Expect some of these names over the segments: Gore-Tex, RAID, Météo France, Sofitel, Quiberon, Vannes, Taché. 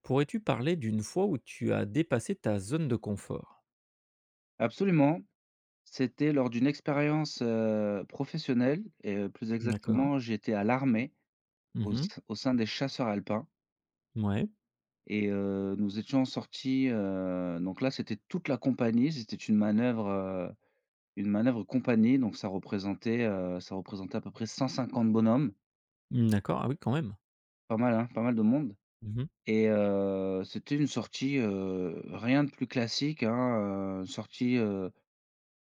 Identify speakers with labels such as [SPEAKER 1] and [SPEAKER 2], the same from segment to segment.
[SPEAKER 1] Pourrais-tu parler d'une fois où tu as dépassé ta zone de confort?
[SPEAKER 2] Absolument. C'était lors d'une expérience, professionnelle et plus
[SPEAKER 1] D'accord.
[SPEAKER 2] exactement, j'étais à l'armée,
[SPEAKER 1] Mmh.
[SPEAKER 2] au sein des chasseurs alpins
[SPEAKER 1] Ouais.
[SPEAKER 2] et nous étions sortis, donc là, c'était toute la compagnie. C'était une manœuvre compagnie, donc ça représentait à peu près 150 bonhommes.
[SPEAKER 1] Mmh, d'accord. Ah oui, quand même.
[SPEAKER 2] Pas mal, hein, pas mal de monde
[SPEAKER 1] Mmh.
[SPEAKER 2] et c'était une sortie, rien de plus classique, hein, sortie,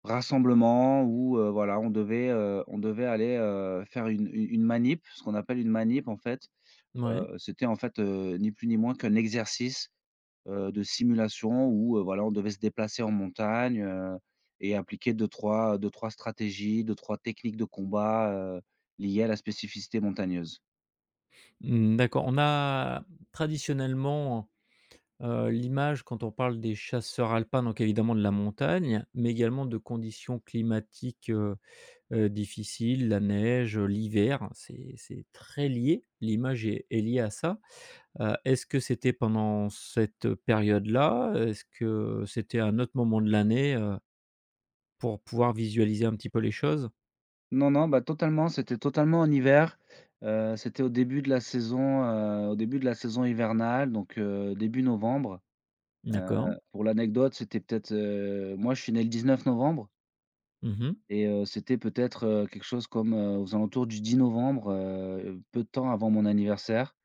[SPEAKER 2] rassemblement où, voilà, on devait aller, faire une manip, ce qu'on appelle une manip en fait.
[SPEAKER 1] Ouais.
[SPEAKER 2] C'était en fait, ni plus ni moins qu'un exercice, de simulation où, voilà, on devait se déplacer en montagne, et appliquer deux trois stratégies, deux trois techniques de combat, liées à la spécificité montagneuse.
[SPEAKER 1] Mmh, d'accord. On a traditionnellement, l'image quand on parle des chasseurs alpins, donc évidemment de la montagne, mais également de conditions climatiques, difficiles, la neige, l'hiver. C'est très lié. L'image est liée à ça. Est-ce que c'était pendant cette période-là? Est-ce que c'était à un autre moment de l'année, pour pouvoir visualiser un petit peu les choses?
[SPEAKER 2] Non, non, bah, totalement, c'était totalement en hiver. C'était au début de la saison hivernale, donc début novembre.
[SPEAKER 1] D'accord.
[SPEAKER 2] Pour l'anecdote, c'était peut-être, moi je suis né le 19 novembre
[SPEAKER 1] Mmh.
[SPEAKER 2] et c'était peut-être, quelque chose comme, aux alentours du 10 novembre, peu de temps avant mon anniversaire.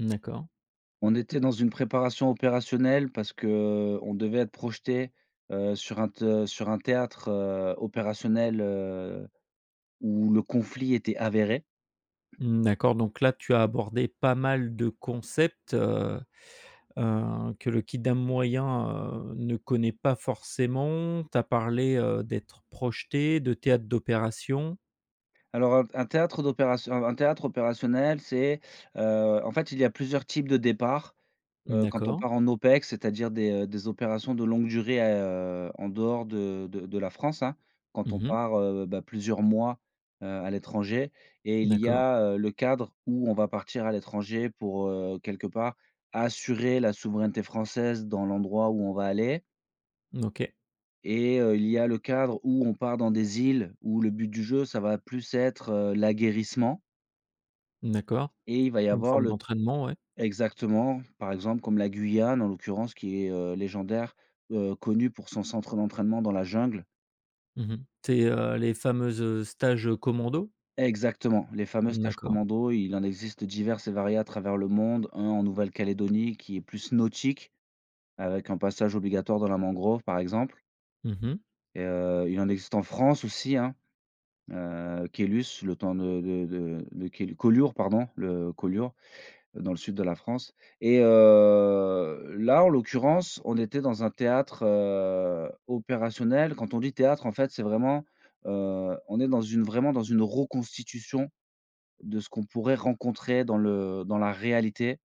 [SPEAKER 1] D'accord.
[SPEAKER 2] On était dans une préparation opérationnelle parce que on devait être projeté, sur un théâtre, opérationnel, où le conflit était avéré.
[SPEAKER 1] Mmh, d'accord, donc là, tu as abordé pas mal de concepts, que le kidam moyen, ne connaît pas forcément. Tu as parlé, d'être projeté, de théâtre d'opération.
[SPEAKER 2] Alors un théâtre opérationnel, c'est, en fait, il y a plusieurs types de départs. Quand on
[SPEAKER 1] D'accord.
[SPEAKER 2] part en OPEX, c'est-à-dire des opérations de longue durée, en dehors de la France, hein. Quand on
[SPEAKER 1] Mmh.
[SPEAKER 2] part, bah, plusieurs mois, à l'étranger et il y
[SPEAKER 1] D'accord.
[SPEAKER 2] a, le cadre où on va partir à l'étranger pour, quelque part, assurer la souveraineté française dans l'endroit où on va aller
[SPEAKER 1] OK.
[SPEAKER 2] et il y a le cadre où on part dans des îles où le but du jeu, ça va plus être, l'aguerrissement
[SPEAKER 1] D'accord.
[SPEAKER 2] et il va y
[SPEAKER 1] Une
[SPEAKER 2] avoir
[SPEAKER 1] forme
[SPEAKER 2] le
[SPEAKER 1] d'entraînement, ouais.
[SPEAKER 2] Exactement. Par exemple, comme la Guyane, en l'occurrence, qui est, légendaire, connue pour son centre d'entraînement dans la jungle.
[SPEAKER 1] Mmh. C'est, les fameuses, stages, commando?
[SPEAKER 2] Exactement, les fameux stages
[SPEAKER 1] D'accord.
[SPEAKER 2] commando, il en existe divers et variés à travers le monde. Un en Nouvelle-Calédonie qui est plus nautique, avec un passage obligatoire dans la mangrove, par exemple.
[SPEAKER 1] Mmh.
[SPEAKER 2] Et il en existe en France aussi, hein, Célus, le temps de Cél Collioure, pardon, le Collioure. Dans le sud de la France et là, en l'occurrence, on était dans un théâtre, opérationnel. Quand on dit théâtre, en fait, c'est vraiment, on est dans une vraiment dans une reconstitution de ce qu'on pourrait rencontrer dans la réalité,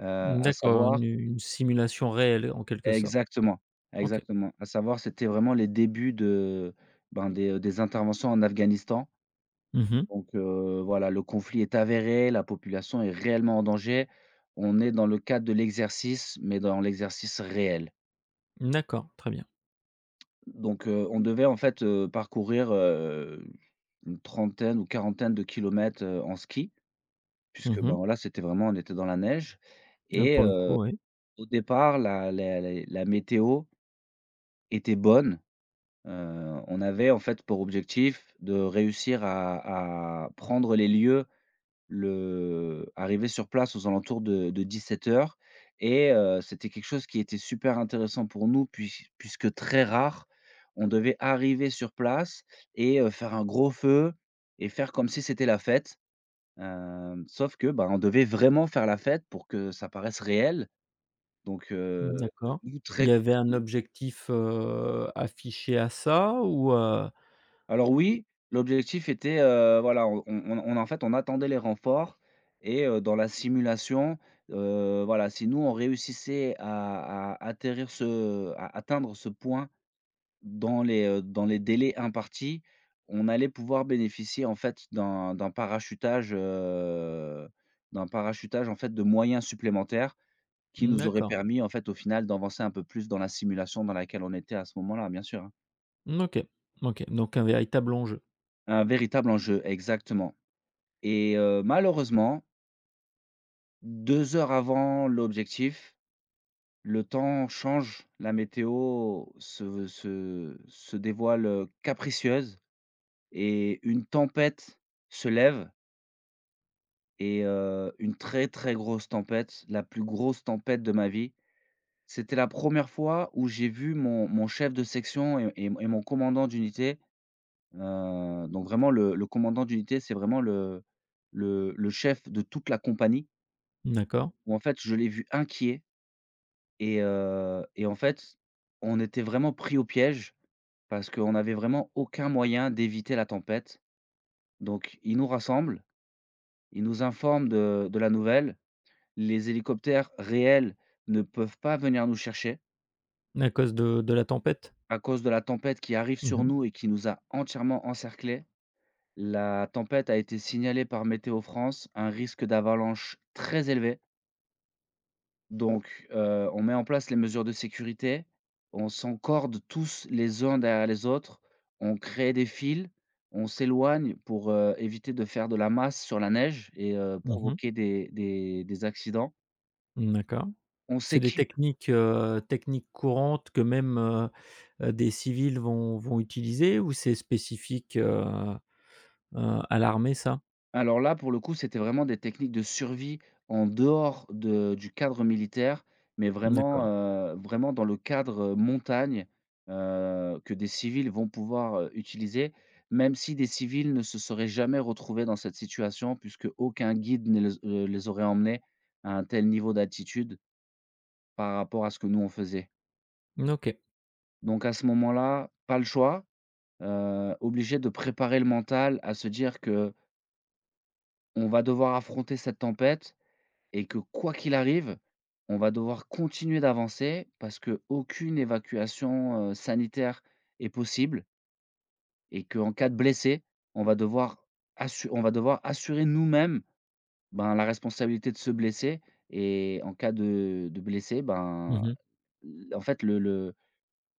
[SPEAKER 2] heu, à
[SPEAKER 1] D'accord,
[SPEAKER 2] savoir
[SPEAKER 1] une simulation réelle en quelque sorte.
[SPEAKER 2] exactement,
[SPEAKER 1] OK.
[SPEAKER 2] exactement, à savoir, c'était vraiment les débuts de, ben, des interventions en Afghanistan.
[SPEAKER 1] Mmh mh.
[SPEAKER 2] Donc voilà, le conflit est avéré, la population est réellement en danger. On est dans le cadre de l'exercice, mais dans l'exercice réel.
[SPEAKER 1] D'accord, très bien.
[SPEAKER 2] Donc on devait en fait, parcourir, une trentaine ou quarantaine de kilomètres, en ski
[SPEAKER 1] Mmh
[SPEAKER 2] puisque, ben,
[SPEAKER 1] mh.
[SPEAKER 2] voilà, c'était vraiment on était dans la neige
[SPEAKER 1] Heu,
[SPEAKER 2] et
[SPEAKER 1] pour le coup, oui.
[SPEAKER 2] au départ, la météo était bonne. On avait en fait pour objectif de réussir à prendre les lieux. Le Arrivé sur place aux alentours de 17 h et c'était quelque chose qui était super intéressant pour nous puisque très rare. On devait arriver sur place et faire un gros feu et faire comme si c'était la fête. Sauf que, bah, on devait vraiment faire la fête pour que ça paraisse réel. Donc
[SPEAKER 1] D'accord.
[SPEAKER 2] nous
[SPEAKER 1] Il
[SPEAKER 2] très
[SPEAKER 1] y avait un objectif, affiché à ça ou?
[SPEAKER 2] Alors oui, l'objectif était, voilà, on en fait, on attendait les renforts et dans la simulation, voilà, si nous on réussissait à atteindre ce point dans les délais impartis, on allait pouvoir bénéficier, en fait, d'un parachutage, d'un parachutage, en fait, de moyens supplémentaires qui nous auraient
[SPEAKER 1] D'accord.
[SPEAKER 2] permis, en fait, au final, d'avancer un peu plus dans la simulation dans laquelle on était à ce moment-là, bien sûr, hein.
[SPEAKER 1] Mmh, OK. OK, donc un véritable enjeu.
[SPEAKER 2] Un véritable enjeu, exactement. Et malheureusement, 2 heures avant l'objectif, le temps change, la météo se dévoile, capricieuse et une tempête se lève et une très, très grosse tempête, la plus grosse tempête de ma vie. C'était la première fois où j'ai vu mon chef de section et mon commandant d'unité, donc vraiment le commandant d'unité, c'est vraiment le chef de toute la compagnie
[SPEAKER 1] D'accord.
[SPEAKER 2] où en fait je l'ai vu inquiet. Et en fait, on était vraiment pris au piège parce qu'on avait vraiment aucun moyen d'éviter la tempête. Donc ils nous rassemblent, ils nous informent de la nouvelle. Les hélicoptères réels ne peuvent pas venir nous chercher
[SPEAKER 1] À cause de la tempête?
[SPEAKER 2] à cause de la tempête qui arrive
[SPEAKER 1] Mmh
[SPEAKER 2] sur
[SPEAKER 1] mh.
[SPEAKER 2] nous et qui nous a entièrement encerclés. La tempête a été signalée par Météo France, un risque d'avalanche très élevé. Donc, on met en place les mesures de sécurité, on s'encorde tous les uns derrière les autres, on crée des fils. On s'éloigne pour, éviter de faire de la masse sur la neige et
[SPEAKER 1] Mmh mh.
[SPEAKER 2] provoquer des accidents.
[SPEAKER 1] Mmh, d'accord.
[SPEAKER 2] On
[SPEAKER 1] C'est des
[SPEAKER 2] s'équipe.
[SPEAKER 1] techniques, techniques courantes que même, des civils vont utiliser ou c'est spécifique, à l'armée ça?
[SPEAKER 2] Alors là, pour le coup, c'était vraiment des techniques de survie en dehors de du cadre militaire, mais vraiment,
[SPEAKER 1] D'accord.
[SPEAKER 2] vraiment dans le cadre, montagne, que des civils vont pouvoir, utiliser, même si des civils ne se seraient jamais retrouvés dans cette situation puisque aucun guide ne les aurait emmenés à un tel niveau d'altitude par rapport à ce que nous on faisait.
[SPEAKER 1] Mmh, OK.
[SPEAKER 2] Donc à ce moment-là, pas le choix, obligé de préparer le mental à se dire que on va devoir affronter cette tempête. Et que quoi qu'il arrive, on va devoir continuer d'avancer parce que aucune évacuation, sanitaire est possible et qu'en cas de blessé, on va devoir on va devoir assurer nous-mêmes, ben, la responsabilité de se blesser et en cas de blessé,
[SPEAKER 1] Mmh
[SPEAKER 2] ben,
[SPEAKER 1] mh.
[SPEAKER 2] l en fait, le le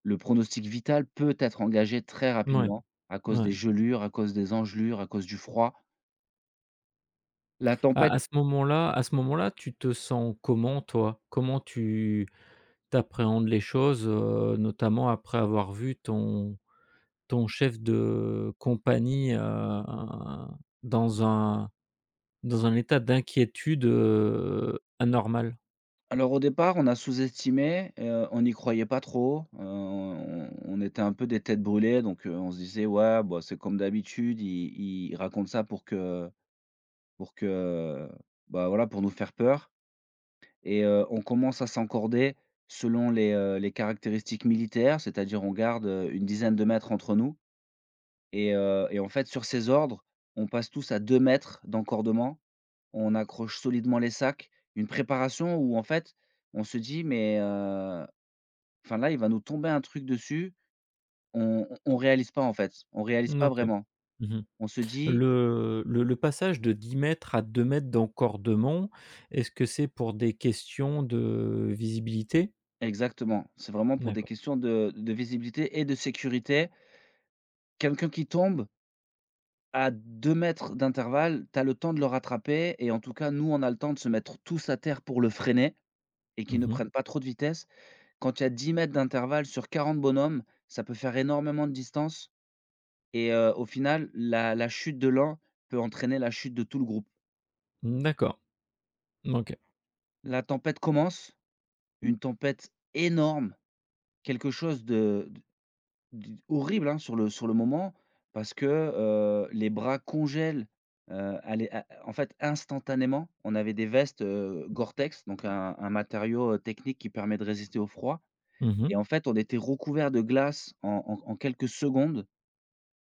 [SPEAKER 2] le pronostic vital peut être engagé très
[SPEAKER 1] Mouais,
[SPEAKER 2] rapidement à cause
[SPEAKER 1] ouais.
[SPEAKER 2] des gelures, à cause des engelures, à cause du froid. La
[SPEAKER 1] À
[SPEAKER 2] tempête
[SPEAKER 1] à ce moment-là à ce moment-là, tu te sens comment toi? Comment tu t'appréhendes les choses, notamment après avoir vu ton chef de compagnie, dans un dans un état d'inquiétude, anormal?
[SPEAKER 2] Alors au départ, on a sous-estimé, on n'y croyait pas trop, on était un peu des têtes brûlées donc on se disait : « Ouais, bah, c'est comme d'habitude, ils racontent ça pour que, bah, voilà, pour nous faire peur » et on commence à s'encorder selon les caractéristiques militaires, c'est-à-dire on garde, une dizaine de mètres entre nous et en fait, sur ces ordres, on passe tous à 2 mètres d'encordement, on accroche solidement les sacs. Une préparation où en fait, on se dit : « Mais» Enfin, là, il va nous tomber un truc dessus, on réalise pas, en fait. On réalise
[SPEAKER 1] Mmh,
[SPEAKER 2] pas
[SPEAKER 1] OK.
[SPEAKER 2] vraiment.
[SPEAKER 1] Mmh.
[SPEAKER 2] On se dit
[SPEAKER 1] Le passage de 10 mètres à 2 mètres d'encordement, est-ce que c'est pour des questions de visibilité?
[SPEAKER 2] Exactement, c'est vraiment pour des
[SPEAKER 1] D'accord.
[SPEAKER 2] questions de visibilité et de sécurité. Quelqu'un qui tombe à 2 mètres d'intervalle, tu as le temps de le rattraper et en tout cas, nous, on a le temps de se mettre tous à terre pour le freiner et qu'il ne
[SPEAKER 1] Mmh.
[SPEAKER 2] prenne pas trop de vitesse. Quand il y a 10 mètres d'intervalle sur 40 bonhommes, ça peut faire énormément de distance et au final, la chute de l'un peut entraîner la chute de tout le groupe.
[SPEAKER 1] D'accord. OK.
[SPEAKER 2] La tempête commence. Une tempête énorme, quelque chose de d d horrible, hein, sur le moment parce que, les bras congèlent, heu, à les à en fait, instantanément. On avait des vestes, Gore-Tex, donc un matériau, technique qui permet de résister au froid
[SPEAKER 1] Mmh.
[SPEAKER 2] et en fait, on était recouverts de glace en quelques secondes.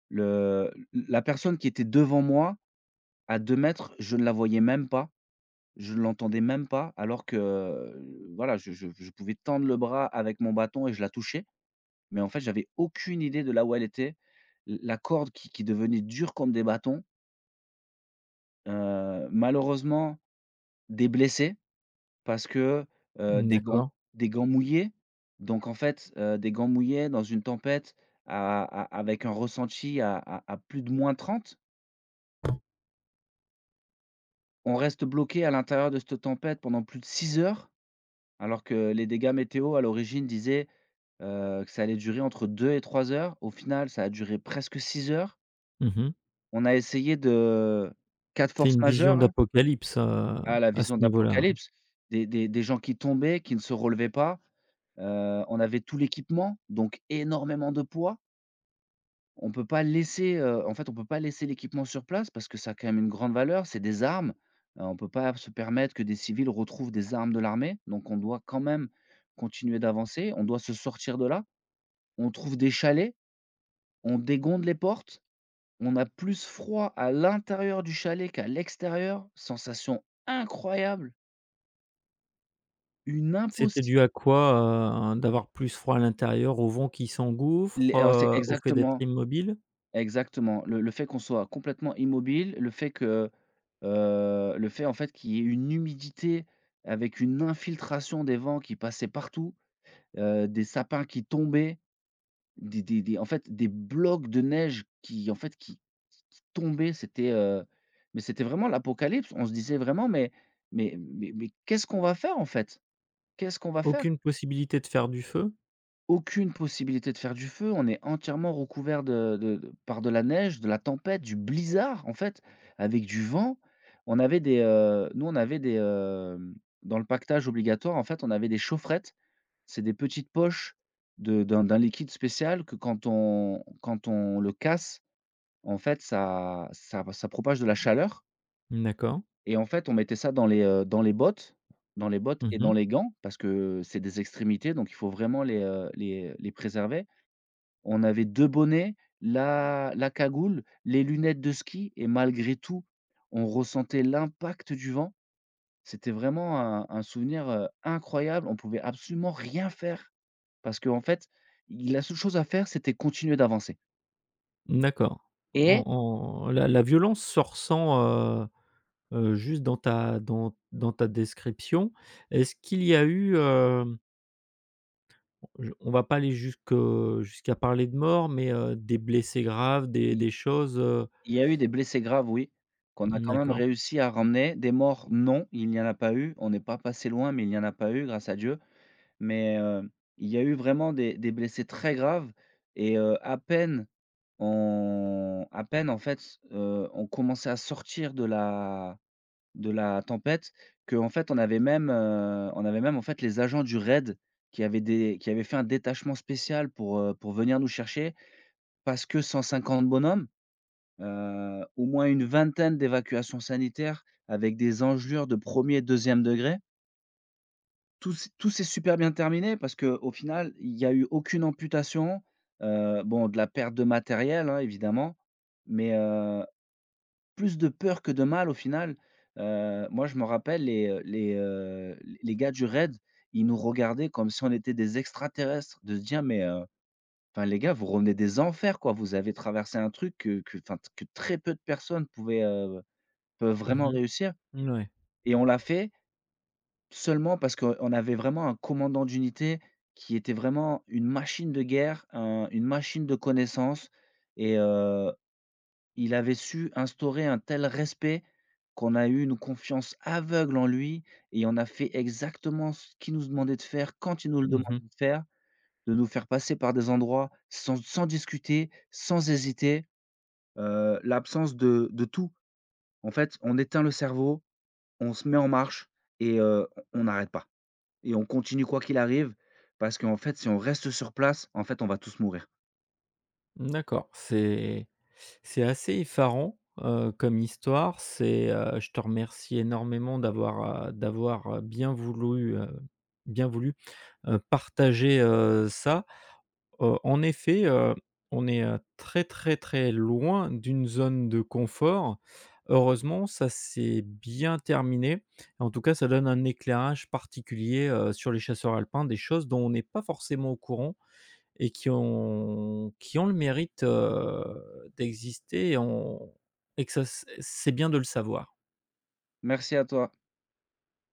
[SPEAKER 2] Le la personne qui était devant moi à 2 mètres, je ne la voyais même pas, je ne l'entendais même pas alors que, voilà, je pouvais tendre le bras avec mon bâton et je la touchais. Mais en fait, j'avais aucune idée de là où elle était. L La corde qui devenait dure comme des bâtons, malheureusement des blessés parce que, heu, des gants
[SPEAKER 1] D'accord.
[SPEAKER 2] des gants mouillés. Donc en fait, des gants mouillés dans une tempête à avec un ressenti à plus de -30. On reste bloqué à l'intérieur de cette tempête pendant plus de 6 heures, alors que les dégâts météo à l'origine disaient, que ça allait durer entre 2 et 3 heures. Au final, ça a duré presque 6 heures.
[SPEAKER 1] Mmh.
[SPEAKER 2] On a essayé de 4
[SPEAKER 1] Tu as
[SPEAKER 2] forces
[SPEAKER 1] une vision
[SPEAKER 2] majeures, hein.
[SPEAKER 1] d'apocalypse,
[SPEAKER 2] Ah, la
[SPEAKER 1] à ce
[SPEAKER 2] vision
[SPEAKER 1] niveau-là.
[SPEAKER 2] d'Apocalypse, des gens qui tombaient, qui ne se relevaient pas. On avait tout l'équipement, donc énormément de poids. On peut pas laisser, on peut pas laisser l'équipement sur place parce que ça a quand même une grande valeur, c'est des armes. On peut pas se permettre que des civils retrouvent des armes de l'armée, donc on doit quand même continuer d'avancer, on doit se sortir de là. On trouve des chalets, on dégonde les portes. On a plus froid à l'intérieur du chalet qu'à l'extérieur, sensation incroyable, une
[SPEAKER 1] C'était
[SPEAKER 2] impossible.
[SPEAKER 1] dû à quoi, d'avoir plus froid à l'intérieur, au vent qui s'engouffre,
[SPEAKER 2] Alors c'est
[SPEAKER 1] au fait d'être immobile?
[SPEAKER 2] exactement. Le fait qu'on soit complètement immobile, le fait en fait qu'il y ait une humidité avec une infiltration des vents qui passaient partout, des sapins qui tombaient. Des blocs de neige qui tombaient, mais c'était vraiment l'apocalypse. On se disait vraiment: «Mais mais qu'est-ce qu'on va faire, en fait? Qu'est-ce qu'on va faire?»
[SPEAKER 1] Aucune possibilité de faire du feu?
[SPEAKER 2] Aucune possibilité de faire du feu, on est entièrement recouvert de par de la neige, de la tempête, du blizzard, en fait, avec du vent. On avait des, nous, on avait des, dans le pactage obligatoire, en fait, on avait des chaufferettes, c'est des petites poches de d'un d'un liquide spécial que quand on le casse, en fait, ça propage de la chaleur
[SPEAKER 1] D'accord.
[SPEAKER 2] et en fait, on mettait ça dans dans les bottes, dans les bottes
[SPEAKER 1] Mmh
[SPEAKER 2] et
[SPEAKER 1] mh.
[SPEAKER 2] dans les gants parce que c'est des extrémités, donc il faut vraiment les les préserver. On avait 2 bonnets, la cagoule, les lunettes de ski et malgré tout, on ressentait l'impact du vent. C'était vraiment un souvenir, incroyable. On pouvait absolument rien faire. Parce qu'en fait, il la seule chose à faire, c'était continuer d'avancer
[SPEAKER 1] D'accord.
[SPEAKER 2] et
[SPEAKER 1] En en la violence se ressent, heu juste dans ta description. Est-ce qu'il y a eu, je on va pas aller jusque jusqu'à parler de mort, mais des blessés graves, des
[SPEAKER 2] il
[SPEAKER 1] des choses.
[SPEAKER 2] il y a eu des blessés graves, oui, qu'on a quand même
[SPEAKER 1] D'accord.
[SPEAKER 2] réussi à ramener. Des morts, non, il n'y en a pas eu. On n'est pas passé loin, mais il n'y en a pas eu, grâce à Dieu. Mais, il y a eu vraiment des blessés très graves et à peine on à peine, en fait, on commençait à sortir de la tempête, que en fait, on avait même, en fait, les agents du raid qui avaient fait un détachement spécial pour venir nous chercher. Parce que 150 bonhommes, au moins une vingtaine d'évacuations sanitaires avec des engelures de premier er 2 degré. Tout s'est super bien terminé parce que au final, il y a eu aucune amputation, bon, de la perte de matériel, hein, évidemment, mais plus de peur que de mal au final. Moi je me rappelle les gars du raid, ils nous regardaient comme si on était des extraterrestres, de se dire: «Mais, enfin les gars, vous revenez des enfers quoi, vous avez traversé un truc que très peu de personnes peuvent
[SPEAKER 1] Mmh
[SPEAKER 2] vraiment
[SPEAKER 1] mh.
[SPEAKER 2] réussir»
[SPEAKER 1] Mouais.
[SPEAKER 2] et on l'a fait seulement parce qu'on avait vraiment un commandant d'unité qui était vraiment une machine de guerre, un une machine de connaissances et il avait su instaurer un tel respect qu'on a eu une confiance aveugle en lui et on a fait exactement ce qu'il nous demandait de faire quand il nous le demandait
[SPEAKER 1] Mmh.
[SPEAKER 2] de faire, de nous faire passer par des endroits sans discuter, sans hésiter, l'absence de tout. En fait, on éteint le cerveau, on se met en marche et on n'arrête pas et on continue quoi qu'il arrive parce qu'en fait, si on reste sur place, en fait, on va tous mourir.
[SPEAKER 1] D'accord. C'est assez effarant, comme histoire. Je te remercie énormément d'avoir, bien voulu, partager, ça. En effet, on est, très, très, très loin d'une zone de confort. Heureusement, ça s'est bien terminé. En tout cas, ça donne un éclairage particulier, sur les chasseurs alpins, des choses dont on n'est pas forcément au courant. Et qui ont le mérite, d'exister et que ça, c'est bien de le savoir.
[SPEAKER 2] Merci à toi.